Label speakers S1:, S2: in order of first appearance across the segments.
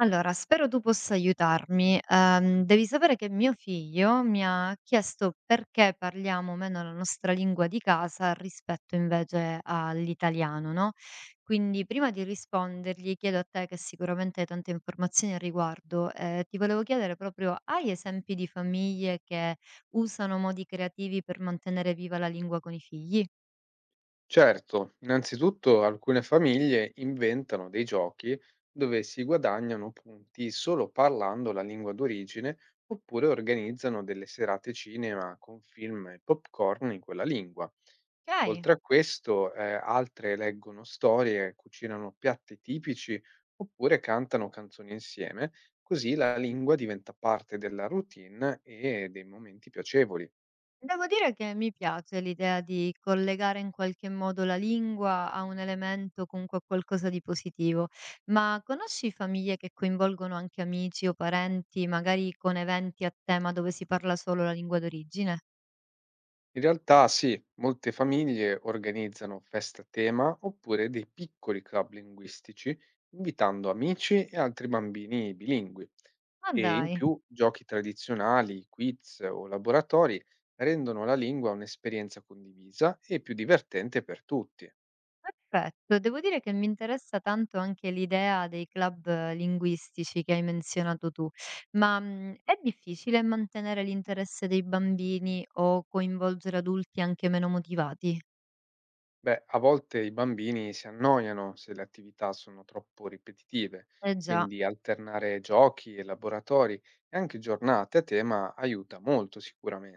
S1: Allora, spero tu possa aiutarmi. Devi sapere che mio figlio mi ha chiesto perché parliamo meno la nostra lingua di casa rispetto invece all'italiano, no? Quindi prima di rispondergli, chiedo a te che sicuramente hai tante informazioni al riguardo, ti volevo chiedere proprio, hai esempi di famiglie che usano modi creativi per mantenere viva la lingua con i figli?
S2: Certo, innanzitutto alcune famiglie inventano dei giochi dove si guadagnano punti solo parlando la lingua d'origine oppure organizzano delle serate cinema con film e popcorn in quella lingua.
S1: Ok.
S2: Oltre a questo, altre leggono storie, cucinano piatti tipici oppure cantano canzoni insieme, così la lingua diventa parte della routine e dei momenti piacevoli.
S1: Devo dire che mi piace l'idea di collegare in qualche modo la lingua a un elemento, comunque a qualcosa di positivo, ma conosci famiglie che coinvolgono anche amici o parenti, magari con eventi a tema dove si parla solo la lingua d'origine?
S2: In realtà sì, molte famiglie organizzano feste a tema oppure dei piccoli club linguistici, invitando amici e altri bambini bilingui.
S1: Ma
S2: E in
S1: dai,
S2: più giochi tradizionali, quiz o laboratori rendono la lingua un'esperienza condivisa e più divertente per tutti.
S1: perfetto. Devo dire che mi interessa tanto anche l'idea dei club linguistici che hai menzionato tu, ma è difficile mantenere l'interesse dei bambini o coinvolgere adulti anche meno motivati?
S2: Beh, a volte i bambini si annoiano se le attività sono troppo ripetitive,
S1: Eh già.
S2: quindi alternare giochi e laboratori e anche giornate a tema aiuta molto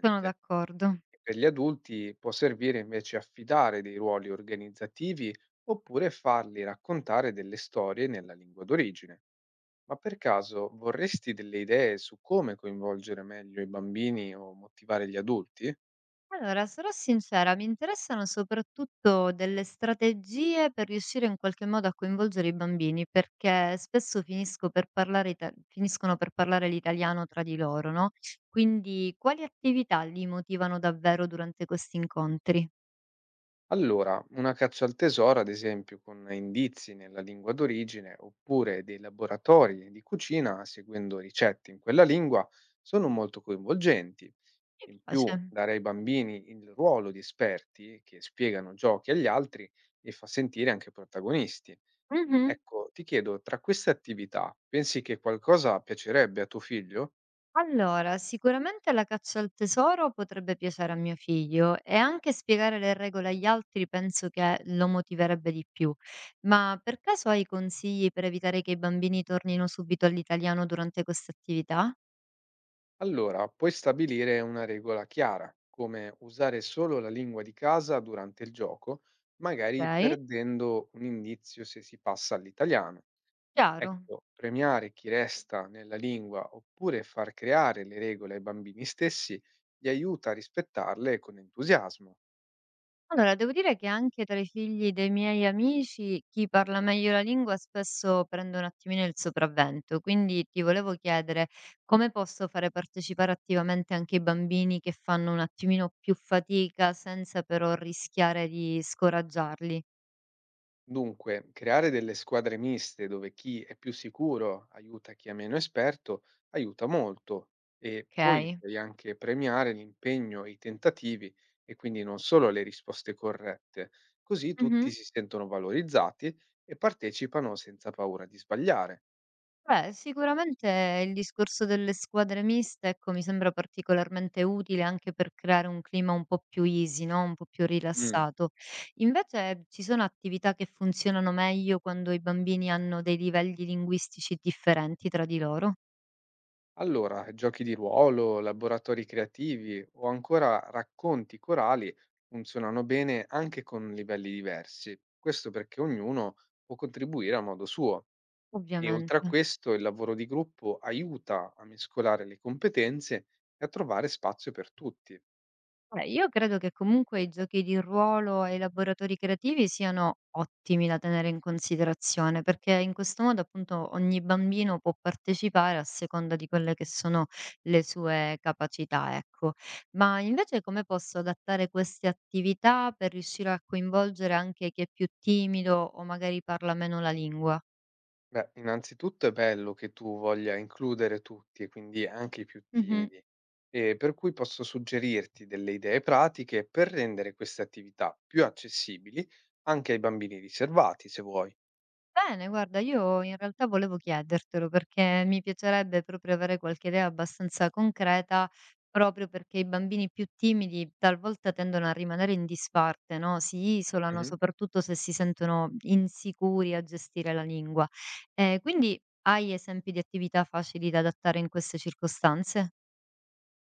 S1: Sono d'accordo.
S2: E per gli adulti può servire invece affidare dei ruoli organizzativi oppure farli raccontare delle storie nella lingua d'origine. Ma per caso vorresti delle idee su come coinvolgere meglio i bambini o motivare gli adulti?
S1: Allora, sarò sincera, mi interessano soprattutto delle strategie per riuscire in qualche modo a coinvolgere i bambini, perché spesso finiscono per parlare l'italiano tra di loro, no? Quindi quali attività li motivano davvero durante questi incontri?
S2: Allora, una caccia al tesoro, ad esempio, con indizi nella lingua d'origine oppure dei laboratori di cucina seguendo ricette in quella lingua, sono molto coinvolgenti.
S1: Mi
S2: In più,
S1: piace.
S2: dare ai bambini il ruolo di esperti che spiegano giochi agli altri li fa sentire anche protagonisti. Ecco, ti chiedo, tra queste attività, pensi che qualcosa piacerebbe a tuo figlio?
S1: Allora, sicuramente la caccia al tesoro potrebbe piacere a mio figlio e anche spiegare le regole agli altri penso che lo motiverebbe di più. Ma per caso hai consigli per evitare che i bambini tornino subito all'italiano durante queste attività?
S2: Allora, puoi stabilire una regola chiara, come usare solo la lingua di casa durante il gioco, magari
S1: Ok,
S2: perdendo un indizio se si passa all'italiano.
S1: chiaro.
S2: Ecco, premiare chi resta nella lingua oppure far creare le regole ai bambini stessi li aiuta a rispettarle con entusiasmo.
S1: Allora, devo dire che anche tra i figli dei miei amici, chi parla meglio la lingua spesso prende un attimino il sopravvento, quindi ti volevo chiedere come posso fare partecipare attivamente anche i bambini che fanno un attimino più fatica senza però rischiare di scoraggiarli,
S2: Dunque, creare delle squadre miste dove chi è più sicuro aiuta chi è meno esperto aiuta molto e poi
S1: ok?
S2: puoi anche premiare l'impegno e i tentativi e quindi non solo le risposte corrette, così
S1: Mhm.
S2: tutti si sentono valorizzati e partecipano senza paura di sbagliare.
S1: Beh, sicuramente il discorso delle squadre miste, ecco, mi sembra particolarmente utile anche per creare un clima un po' più easy, no? Un po' più
S2: Mm.
S1: rilassato. Invece ci sono attività che funzionano meglio quando i bambini hanno dei livelli linguistici differenti tra di loro,
S2: Allora, giochi di ruolo, laboratori creativi o ancora racconti corali funzionano bene anche con livelli diversi. Questo perché ognuno può contribuire a modo suo. E oltre a
S1: ovviamente.
S2: questo, il lavoro di gruppo aiuta a mescolare le competenze e a trovare spazio per tutti.
S1: Beh, io credo che comunque i giochi di ruolo e i laboratori creativi siano ottimi da tenere in considerazione, perché in questo modo appunto ogni bambino può partecipare a seconda di quelle che sono le sue capacità, ecco. Ma invece come posso adattare queste attività per riuscire a coinvolgere anche chi è più timido o magari parla meno la lingua?
S2: Beh, innanzitutto è bello che tu voglia includere tutti e quindi anche i più
S1: Mhm.
S2: timidi, e per cui posso suggerirti delle idee pratiche per rendere queste attività più accessibili anche ai bambini riservati, se vuoi.
S1: Bene, guarda, io in realtà volevo chiedertelo perché mi piacerebbe proprio avere qualche idea abbastanza concreta, proprio perché i bambini più timidi talvolta tendono a rimanere in disparte, no? Si isolano, soprattutto se si sentono insicuri a gestire la lingua. Quindi hai esempi di attività facili da adattare in queste circostanze?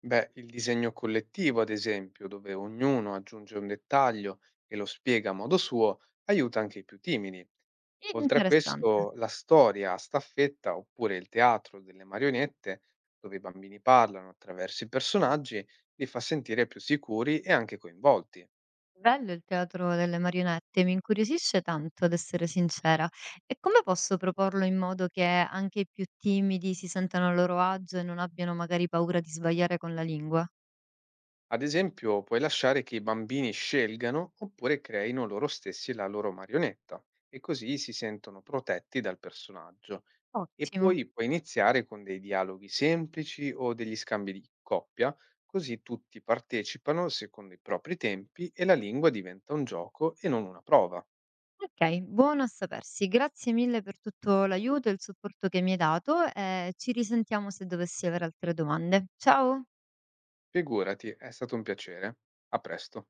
S2: Beh, il disegno collettivo, ad esempio, dove ognuno aggiunge un dettaglio e lo spiega a modo suo, aiuta anche i più timidi. Oltre a
S1: Interessante.
S2: questo, la storia a staffetta oppure il teatro delle marionette, dove i bambini parlano attraverso i personaggi, li fa sentire più sicuri e anche coinvolti.
S1: Bello il teatro delle marionette, mi incuriosisce tanto, ad essere sincera. E come posso proporlo in modo che anche i più timidi si sentano a loro agio e non abbiano magari paura di sbagliare con la lingua?
S2: Ad esempio, puoi lasciare che i bambini scelgano oppure creino loro stessi la loro marionetta e così si sentono protetti dal personaggio. E
S1: Ottimo.
S2: poi puoi iniziare con dei dialoghi semplici o degli scambi di coppia, così tutti partecipano secondo i propri tempi e la lingua diventa un gioco e non una prova.
S1: Ok, buono a sapersi. Grazie mille per tutto l'aiuto e il supporto che mi hai dato e ci risentiamo se dovessi avere altre domande. Ciao!
S2: Figurati, è stato un piacere. A presto.